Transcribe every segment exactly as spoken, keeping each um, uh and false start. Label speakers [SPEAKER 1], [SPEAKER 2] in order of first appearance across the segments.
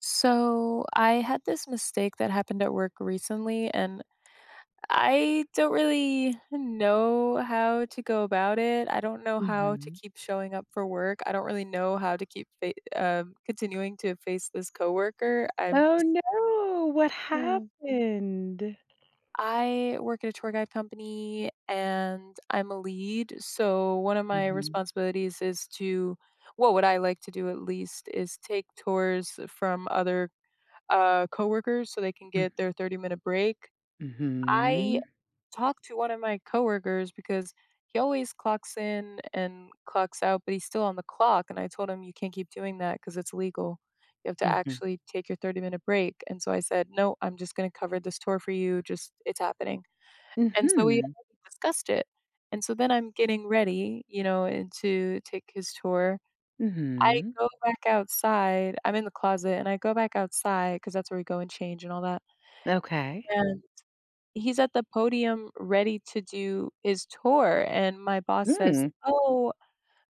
[SPEAKER 1] So I had this mistake that happened at work recently, and I don't really know how to go about it. I don't know how to
[SPEAKER 2] Mhm.
[SPEAKER 1] keep showing up for work. I don't really know how to keep fa- um, continuing to face this coworker. I'm
[SPEAKER 2] Oh,
[SPEAKER 1] just.
[SPEAKER 2] no. What
[SPEAKER 1] Hmm.
[SPEAKER 2] happened?
[SPEAKER 1] I work at a tour guide company and I'm a lead. So, one of my
[SPEAKER 2] Mhm.
[SPEAKER 1] responsibilities is to, well, what I like to do at least is take tours from other uh, coworkers so they can
[SPEAKER 2] Mm
[SPEAKER 1] get their thirty minute break. I
[SPEAKER 2] mhm.
[SPEAKER 1] talked to one of my coworkers because he always clocks in and clocks out, but he's still on the clock. And I told him, you can't keep doing that because it's illegal. You have to
[SPEAKER 2] Mhm.
[SPEAKER 1] actually take your thirty minute break. And so I said, "No, I'm just going to cover this tour for you. Just it's happening." And so we
[SPEAKER 2] Mhm.
[SPEAKER 1] discussed it. And so then I'm getting ready, you know, and to take his tour. I
[SPEAKER 2] Mhm.
[SPEAKER 1] go back outside. I'm in the closet and I go back outside because that's where we go and change and all that,
[SPEAKER 2] Okay.
[SPEAKER 1] and he's at the podium ready to do his tour, and my boss says,
[SPEAKER 2] Mm.
[SPEAKER 1] "Oh,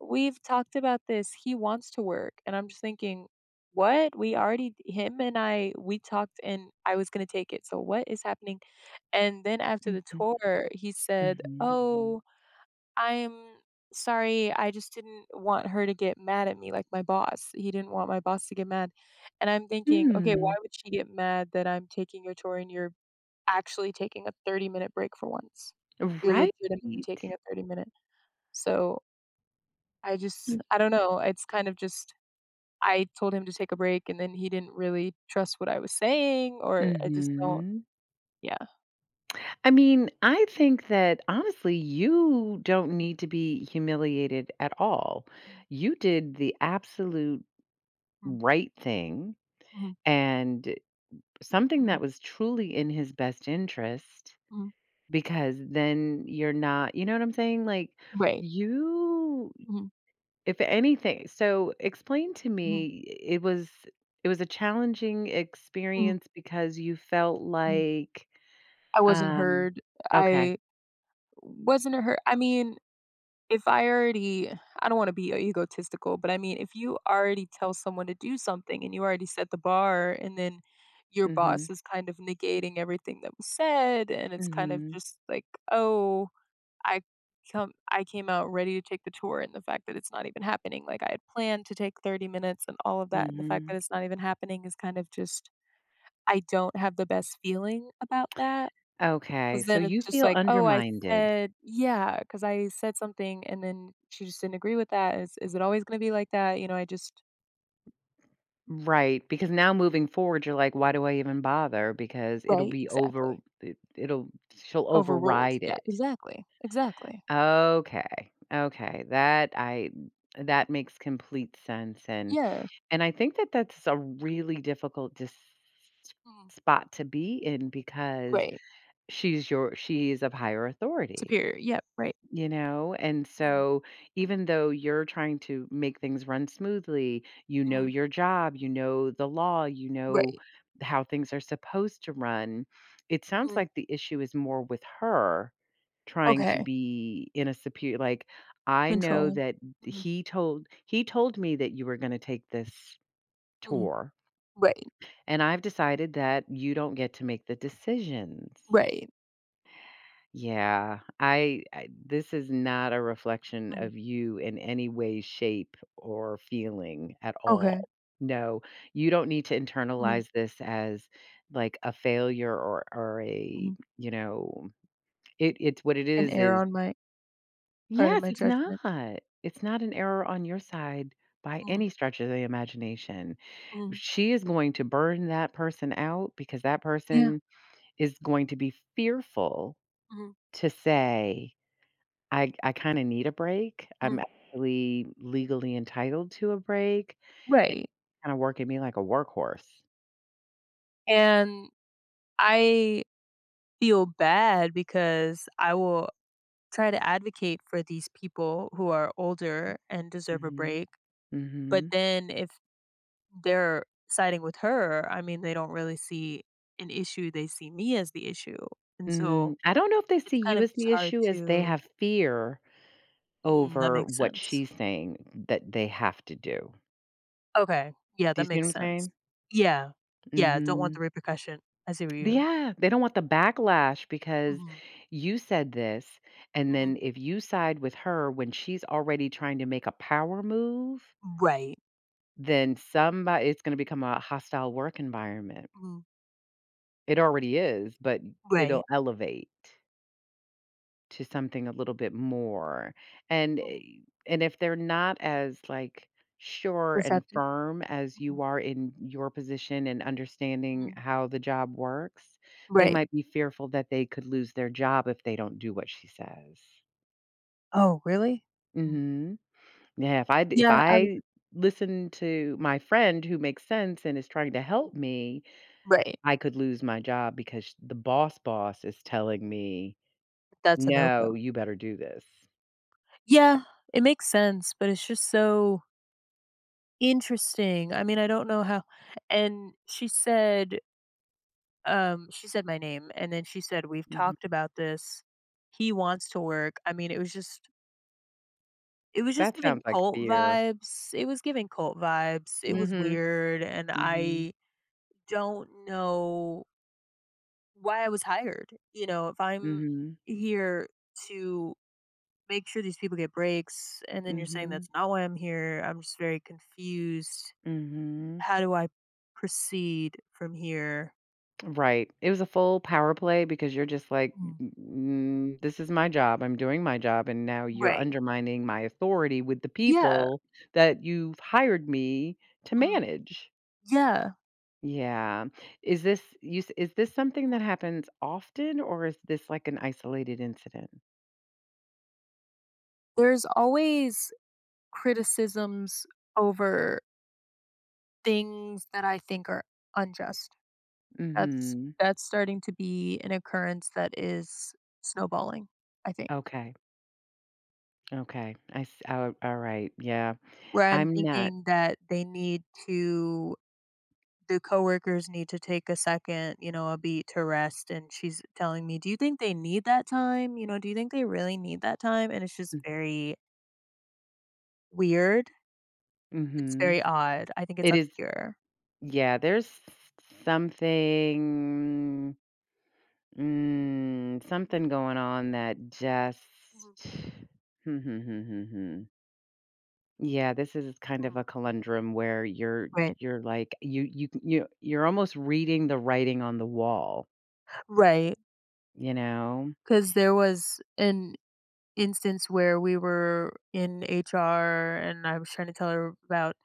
[SPEAKER 1] we've talked about this. He wants to work." And I'm just thinking, "What? We already, him and I, we talked and I was going to take it. So what is happening?" And then after the
[SPEAKER 2] Mhm.
[SPEAKER 1] tour, he said,
[SPEAKER 2] Mhm.
[SPEAKER 1] "Oh, I'm sorry. I just didn't want her to get mad at me, like, my boss. He didn't want my boss to get mad." And I'm thinking, "Okay,
[SPEAKER 2] Hmm.
[SPEAKER 1] why would she get mad that I'm taking your tour and you're actually taking a thirty-minute break for once? You're
[SPEAKER 2] Right.
[SPEAKER 1] legitimately taking a thirty-minute." So, I just
[SPEAKER 2] M
[SPEAKER 1] I don't know, it's kind of just I told him to take a break, and then he didn't really trust what I was saying, or I just don't,
[SPEAKER 2] mhm.
[SPEAKER 1] yeah.
[SPEAKER 2] I mean, I think that, honestly, you don't need to be humiliated at all. You did the absolute
[SPEAKER 1] Mhm,
[SPEAKER 2] right thing
[SPEAKER 1] mhm,
[SPEAKER 2] and something
[SPEAKER 1] mhm,
[SPEAKER 2] that was truly in his best interest.
[SPEAKER 1] mhm.
[SPEAKER 2] Because then you're not, you know what I'm saying? Like,
[SPEAKER 1] Right.
[SPEAKER 2] you,
[SPEAKER 1] Mhm,
[SPEAKER 2] if anything, so explain to
[SPEAKER 1] mhm,
[SPEAKER 2] me, it was it was a challenging
[SPEAKER 1] mhm,
[SPEAKER 2] experience because you felt
[SPEAKER 1] mhm.
[SPEAKER 2] like,
[SPEAKER 1] I wasn't
[SPEAKER 2] um
[SPEAKER 1] heard.
[SPEAKER 2] okay.
[SPEAKER 1] I wasn't heard I mean, if I already, I don't wanna be uh, egotistical, but I mean, if you already tell someone to do something and you already set the bar, and then your boss
[SPEAKER 2] Mhm.
[SPEAKER 1] is kind of negating everything that was said, and it's kind of
[SPEAKER 2] Mhm.
[SPEAKER 1] just like, "Oh, I come I came out ready to take the tour, and the fact that it's not even happening, like, I had planned to take thirty minutes and all of that, and the fact that
[SPEAKER 2] Mhm.
[SPEAKER 1] it's not even happening is kind of just I don't have the best feeling about that."
[SPEAKER 2] Okay,
[SPEAKER 1] 'Cause
[SPEAKER 2] so
[SPEAKER 1] then
[SPEAKER 2] you
[SPEAKER 1] it's just
[SPEAKER 2] feel
[SPEAKER 1] like, "Oh, I
[SPEAKER 2] undermined.
[SPEAKER 1] said," yeah, cause I said something and then she just didn't agree with that. Is is it always gonna be like that? You know, I just.
[SPEAKER 2] Right, because now moving forward, you're like, "Why do I even
[SPEAKER 1] Mm.
[SPEAKER 2] bother?" Because it'll
[SPEAKER 1] Right,
[SPEAKER 2] be over
[SPEAKER 1] exactly.
[SPEAKER 2] it it'll she'll
[SPEAKER 1] Overruled.
[SPEAKER 2] override
[SPEAKER 1] Yeah,
[SPEAKER 2] it.
[SPEAKER 1] exactly, exactly.
[SPEAKER 2] Okay, okay, that I that makes complete sense, and
[SPEAKER 1] Yeah.
[SPEAKER 2] and I think that that's a really difficult dis
[SPEAKER 1] Mm.
[SPEAKER 2] spot to be in because
[SPEAKER 1] Right.
[SPEAKER 2] she's your she is of higher authority,
[SPEAKER 1] Superior. Yep, right.
[SPEAKER 2] you know? And
[SPEAKER 1] Mm,
[SPEAKER 2] so even though you're trying to make things run smoothly, you know
[SPEAKER 1] mm.
[SPEAKER 2] your job, you know the law, you know
[SPEAKER 1] Right.
[SPEAKER 2] how things are supposed to run, it sounds
[SPEAKER 1] Mm.
[SPEAKER 2] like the issue is more with her trying to
[SPEAKER 1] Okay.
[SPEAKER 2] be in a superior, like, I know
[SPEAKER 1] Controlling.
[SPEAKER 2] that
[SPEAKER 1] Mhm,
[SPEAKER 2] he told he told me that you were gonna take this
[SPEAKER 1] mhm.
[SPEAKER 2] tour,
[SPEAKER 1] Right,
[SPEAKER 2] and I've decided that you don't get to make the decisions.
[SPEAKER 1] right.
[SPEAKER 2] Yeah, I I this is not a reflection
[SPEAKER 1] Mhm.
[SPEAKER 2] of you in any way, shape, or feeling at
[SPEAKER 1] Okay.
[SPEAKER 2] all. No, you don't need to
[SPEAKER 1] Mhm,
[SPEAKER 2] internalize this as, like, a failure or or a,
[SPEAKER 1] mhm.
[SPEAKER 2] you know, it it's what it
[SPEAKER 1] An
[SPEAKER 2] is
[SPEAKER 1] error
[SPEAKER 2] is
[SPEAKER 1] on my part, of
[SPEAKER 2] yes,
[SPEAKER 1] my
[SPEAKER 2] it's
[SPEAKER 1] judgment.
[SPEAKER 2] not. It's not an error on your side by
[SPEAKER 1] Mm,
[SPEAKER 2] any stretch of the imagination.
[SPEAKER 1] mhm.
[SPEAKER 2] She is going to burn that person out because that
[SPEAKER 1] Yeah.
[SPEAKER 2] person is going to be fearful
[SPEAKER 1] Mhm,
[SPEAKER 2] to say, I, I kind of need a break. I'm
[SPEAKER 1] mhm.
[SPEAKER 2] actually legally entitled to a break. And
[SPEAKER 1] Right,
[SPEAKER 2] kind of working me like a workhorse.
[SPEAKER 1] and I feel bad because I will try to advocate for these people who are older and deserve a
[SPEAKER 2] Hmm,
[SPEAKER 1] break, but
[SPEAKER 2] hmm.
[SPEAKER 1] then if they're siding with her, I mean, they don't really see an issue, they see me as the issue, and so
[SPEAKER 2] Mm, I don't know if they see
[SPEAKER 1] it's kind
[SPEAKER 2] you
[SPEAKER 1] of
[SPEAKER 2] as
[SPEAKER 1] just
[SPEAKER 2] the
[SPEAKER 1] hard
[SPEAKER 2] issue, as they
[SPEAKER 1] to.
[SPEAKER 2] have fear
[SPEAKER 1] Mm, that
[SPEAKER 2] over
[SPEAKER 1] makes
[SPEAKER 2] what
[SPEAKER 1] sense.
[SPEAKER 2] she's saying that they have to do.
[SPEAKER 1] Okay, yeah,
[SPEAKER 2] Do you
[SPEAKER 1] that
[SPEAKER 2] see what
[SPEAKER 1] makes
[SPEAKER 2] I'm
[SPEAKER 1] sense.
[SPEAKER 2] saying?
[SPEAKER 1] Yeah, yeah, don't want
[SPEAKER 2] Mhm.
[SPEAKER 1] the repercussion. I see what
[SPEAKER 2] But
[SPEAKER 1] you're.
[SPEAKER 2] yeah, they don't want the backlash because
[SPEAKER 1] Mhm,
[SPEAKER 2] you said this, and
[SPEAKER 1] mhm.
[SPEAKER 2] then if you side with her when she's already trying to make a power move,
[SPEAKER 1] Right,
[SPEAKER 2] then somebody it's gonna become a hostile work environment.
[SPEAKER 1] mhm,
[SPEAKER 2] It already is, but it'll
[SPEAKER 1] right,
[SPEAKER 2] elevate to something a little bit more. And eh,
[SPEAKER 1] mhm.
[SPEAKER 2] and if they're not as, like, sure and
[SPEAKER 1] Perceptive,
[SPEAKER 2] firm as
[SPEAKER 1] mhm,
[SPEAKER 2] you are in your position and understanding
[SPEAKER 1] mhm.
[SPEAKER 2] how the job works, they
[SPEAKER 1] Right.
[SPEAKER 2] might be fearful that they could lose their job if they don't do what she says.
[SPEAKER 1] Oh, really? Mm.
[SPEAKER 2] Mhm. Yeah, if I d- if
[SPEAKER 1] Yeah, I would.
[SPEAKER 2] I listen to my friend who makes sense and is trying to help me,
[SPEAKER 1] Right.
[SPEAKER 2] I could lose my job because the boss boss is telling me,
[SPEAKER 1] That's a no-go.
[SPEAKER 2] "No, you better do this."
[SPEAKER 1] Yeah, it makes sense, but it's just so interesting. I mean, I don't know how, and she said, um she said my name, and then she said, "We've
[SPEAKER 2] Mm-hmm.
[SPEAKER 1] talked about this. He wants to work." I mean, it was just, it was just
[SPEAKER 2] That
[SPEAKER 1] giving
[SPEAKER 2] sounds like
[SPEAKER 1] cult
[SPEAKER 2] fear.
[SPEAKER 1] vibes. It was giving cult vibes. It was
[SPEAKER 2] Mhm,
[SPEAKER 1] weird, and
[SPEAKER 2] mhm,
[SPEAKER 1] I don't know why I was hired. You know, if I'm
[SPEAKER 2] mhm,
[SPEAKER 1] here to make sure these people get breaks, and then you're saying
[SPEAKER 2] mhm,
[SPEAKER 1] that's not why I'm here. I'm just very confused.
[SPEAKER 2] mhm.
[SPEAKER 1] How do I proceed from here?
[SPEAKER 2] Right. It was a full power play because you're just like,
[SPEAKER 1] Mm.
[SPEAKER 2] "N this is my job, I'm doing my job, and now you're
[SPEAKER 1] Right.
[SPEAKER 2] undermining my authority with the
[SPEAKER 1] Yeah.
[SPEAKER 2] people that you've hired me to
[SPEAKER 1] Mhm.
[SPEAKER 2] manage."
[SPEAKER 1] Yeah.
[SPEAKER 2] Yeah. Is this you s is this something that happens often, or is this like an isolated incident?
[SPEAKER 1] There's always criticisms over things that I think are unjust. That's
[SPEAKER 2] Mhm.
[SPEAKER 1] that's starting to be an occurrence that is snowballing, I think.
[SPEAKER 2] Okay, okay. I s oh, alright, yeah.
[SPEAKER 1] Where I'm
[SPEAKER 2] I'm not.
[SPEAKER 1] thinking that they need to, the coworkers need to take a second, you know, a beat to rest. And she's telling me, do you think they need that time? You know, do you think they really need that time? And it's just very weird. It's
[SPEAKER 2] Mhm.
[SPEAKER 1] very odd. I think it's
[SPEAKER 2] It is,
[SPEAKER 1] obscure.
[SPEAKER 2] yeah, there's something, mm, something
[SPEAKER 1] Mhm,
[SPEAKER 2] going on that just
[SPEAKER 1] mhm,
[SPEAKER 2] hmm, hmm, hmm, hmm, hmm. Yeah, this is kind of
[SPEAKER 1] mhm.
[SPEAKER 2] a conundrum where you're
[SPEAKER 1] Right.
[SPEAKER 2] you're like you you you you're almost reading the writing on the wall,
[SPEAKER 1] Right.
[SPEAKER 2] you know?
[SPEAKER 1] Because there was an instance where we were in H R and I was trying to tell her about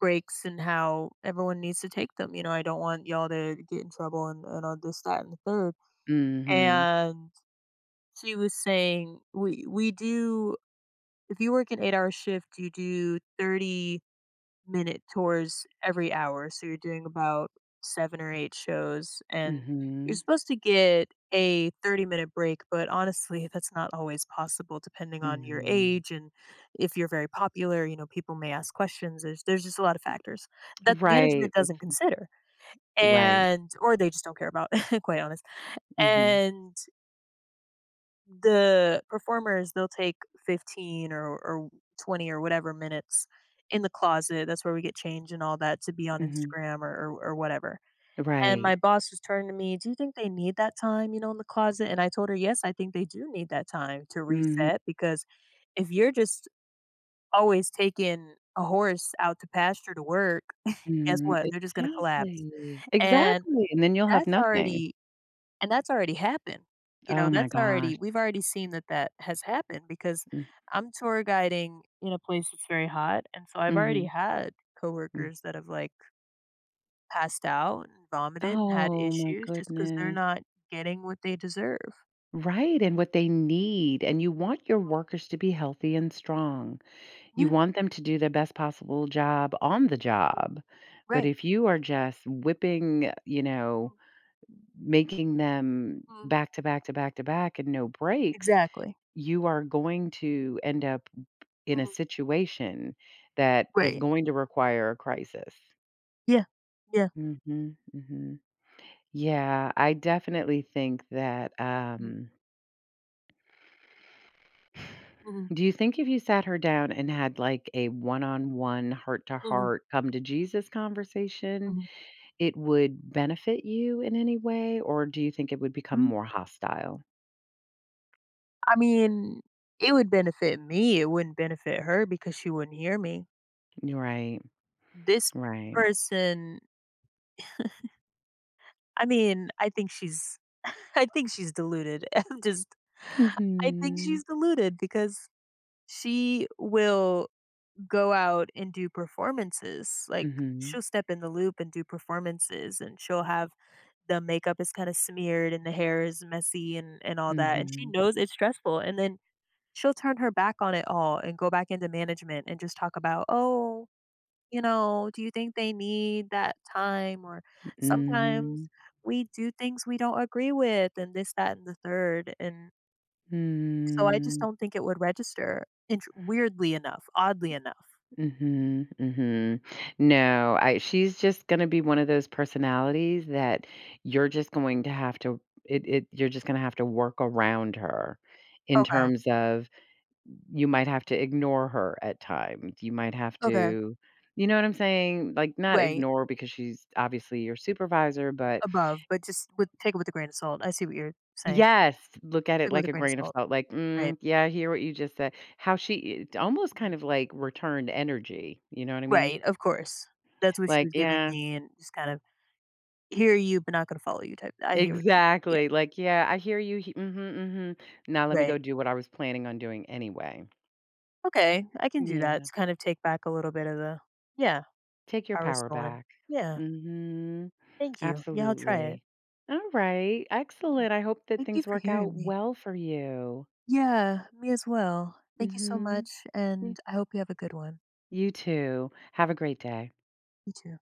[SPEAKER 1] breaks and how everyone needs to take them. You know, I don't want y'all to get in trouble and, and all this, that, and the third.
[SPEAKER 2] Mhm.
[SPEAKER 1] And she was saying, we we do, if you work an eight hour shift you do thirty minute tours every hour, so you're doing about seven or eight shows, and you're
[SPEAKER 2] Mhm.
[SPEAKER 1] supposed to get a thirty minute break, but honestly that's not always possible depending on your
[SPEAKER 2] Mhm.
[SPEAKER 1] age, and if you're very popular, you know, people may ask questions. There's there's just a lot of factors that
[SPEAKER 2] Right,
[SPEAKER 1] management doesn't consider,
[SPEAKER 2] right.
[SPEAKER 1] and or they just don't care about, quite honest.
[SPEAKER 2] Mhm.
[SPEAKER 1] And the performers, they'll take fifteen or or twenty or whatever minutes in the closet, that's where we get changed and all that, to be on
[SPEAKER 2] Mhm.
[SPEAKER 1] Instagram or or or whatever, and my
[SPEAKER 2] Right.
[SPEAKER 1] boss was turning to me, "Do you think they need that time, you know, in the closet?" And I told her, "Yes, I think they do need that time to
[SPEAKER 2] Mhm.
[SPEAKER 1] reset, because if you're just always taking a horse out to pasture to work, guess
[SPEAKER 2] Mm,
[SPEAKER 1] what? They're just gonna collapse."
[SPEAKER 2] exactly,
[SPEAKER 1] And
[SPEAKER 2] exactly, and then you'll have
[SPEAKER 1] that's
[SPEAKER 2] nothing.
[SPEAKER 1] already, and that's already happened. You know,
[SPEAKER 2] Oh my
[SPEAKER 1] that's
[SPEAKER 2] gosh.
[SPEAKER 1] already, we've already seen that that has happened, because
[SPEAKER 2] Mm,
[SPEAKER 1] I'm tour guiding in a place that's very hot, and so I've already
[SPEAKER 2] mhm,
[SPEAKER 1] had
[SPEAKER 2] mm.
[SPEAKER 1] coworkers that have, like, passed out and vomited and had
[SPEAKER 2] Oh my
[SPEAKER 1] issues just because 'cause they're
[SPEAKER 2] goodness.
[SPEAKER 1] not getting what they deserve.
[SPEAKER 2] Right, and what they need, and you want your workers to be healthy and strong. You
[SPEAKER 1] Yeah.
[SPEAKER 2] want them to do their best possible job on the job, but
[SPEAKER 1] Right.
[SPEAKER 2] if you are just whipping, you know, making them
[SPEAKER 1] Mm-hmm.
[SPEAKER 2] back to back to back to back and no breaks,
[SPEAKER 1] Exactly.
[SPEAKER 2] you are going to end up in a
[SPEAKER 1] Mm-hmm.
[SPEAKER 2] situation that is
[SPEAKER 1] Right.
[SPEAKER 2] going to require a crisis.
[SPEAKER 1] Yeah. Yeah.
[SPEAKER 2] Mhm, mhm. Yeah, I definitely think that,
[SPEAKER 1] Mm-hmm.
[SPEAKER 2] um
[SPEAKER 1] Hmm.
[SPEAKER 2] do you think if you sat her down and had, like, a one-on-one,
[SPEAKER 1] Hmm.
[SPEAKER 2] heart-to-heart, come to Jesus conversation, it would benefit you in any way, or do you think it would become
[SPEAKER 1] Mm,
[SPEAKER 2] more hostile?
[SPEAKER 1] I mean, it would benefit me, it wouldn't benefit her because she wouldn't hear me.
[SPEAKER 2] Right,
[SPEAKER 1] This
[SPEAKER 2] right.
[SPEAKER 1] person, I mean, I think she's I think she's deluded. I'm just, I think
[SPEAKER 2] Mhm,
[SPEAKER 1] she's deluded because she will go out and do performances, like,
[SPEAKER 2] mhm,
[SPEAKER 1] she'll step in the loop and do performances, and she'll have, the makeup is kinda smeared, and the hair is messy and and all that, and she
[SPEAKER 2] mhm,
[SPEAKER 1] knows it's stressful, and then she'll turn her back on it all and go back into management and just talk about, "Oh." You know, do you think they need that time? Or sometimes
[SPEAKER 2] mhm,
[SPEAKER 1] we do things we don't agree with, and this, that, and the third. And so I just
[SPEAKER 2] mm.
[SPEAKER 1] don't think it would register, int- weirdly enough, oddly enough.
[SPEAKER 2] Mhm, mhm. No, I she's just gonna be one of those personalities that you're just going to have to it it you're just gonna have to work around her in
[SPEAKER 1] Okay.
[SPEAKER 2] terms of you might have to ignore her at times. You might have
[SPEAKER 1] Okay.
[SPEAKER 2] to, you know what I'm saying? Like, not
[SPEAKER 1] Right.
[SPEAKER 2] ignore because she's obviously your supervisor, but
[SPEAKER 1] Above, but just with, take it with a grain of salt. I see what you're saying.
[SPEAKER 2] yes, look at it
[SPEAKER 1] Take it with
[SPEAKER 2] like
[SPEAKER 1] a
[SPEAKER 2] a
[SPEAKER 1] grain of
[SPEAKER 2] grain of
[SPEAKER 1] salt.
[SPEAKER 2] salt. Like,
[SPEAKER 1] Right.
[SPEAKER 2] mm, yeah, I hear what you just said. How she it almost
[SPEAKER 1] Mm.
[SPEAKER 2] kind of like returned energy. You know what I mean?
[SPEAKER 1] Right. Of course. That's what she
[SPEAKER 2] Like,
[SPEAKER 1] was giving
[SPEAKER 2] yeah,
[SPEAKER 1] me, and just kind of hear you, but not going to follow you type. I hear what you, yeah.
[SPEAKER 2] exactly, like, "Yeah, I hear you, he mhm, mhm. Now let me go
[SPEAKER 1] Right.
[SPEAKER 2] do what I was planning on doing anyway."
[SPEAKER 1] Okay. I can do that
[SPEAKER 2] Yeah,
[SPEAKER 1] to kind of take back a little bit of the, yeah.
[SPEAKER 2] take your
[SPEAKER 1] Power
[SPEAKER 2] power
[SPEAKER 1] stolen.
[SPEAKER 2] back.
[SPEAKER 1] Yeah,
[SPEAKER 2] Mhm,
[SPEAKER 1] thank you. Yeah, I'll try it.
[SPEAKER 2] absolutely. Alright,
[SPEAKER 1] Mm.
[SPEAKER 2] excellent, I hope that
[SPEAKER 1] Thank you
[SPEAKER 2] things
[SPEAKER 1] for
[SPEAKER 2] work out
[SPEAKER 1] hearing me.
[SPEAKER 2] well for you.
[SPEAKER 1] Yeah, me as well. Thank you so
[SPEAKER 2] Mhm,
[SPEAKER 1] much,
[SPEAKER 2] y
[SPEAKER 1] and I hope you have a good one.
[SPEAKER 2] you too. Have a great day.
[SPEAKER 1] You too.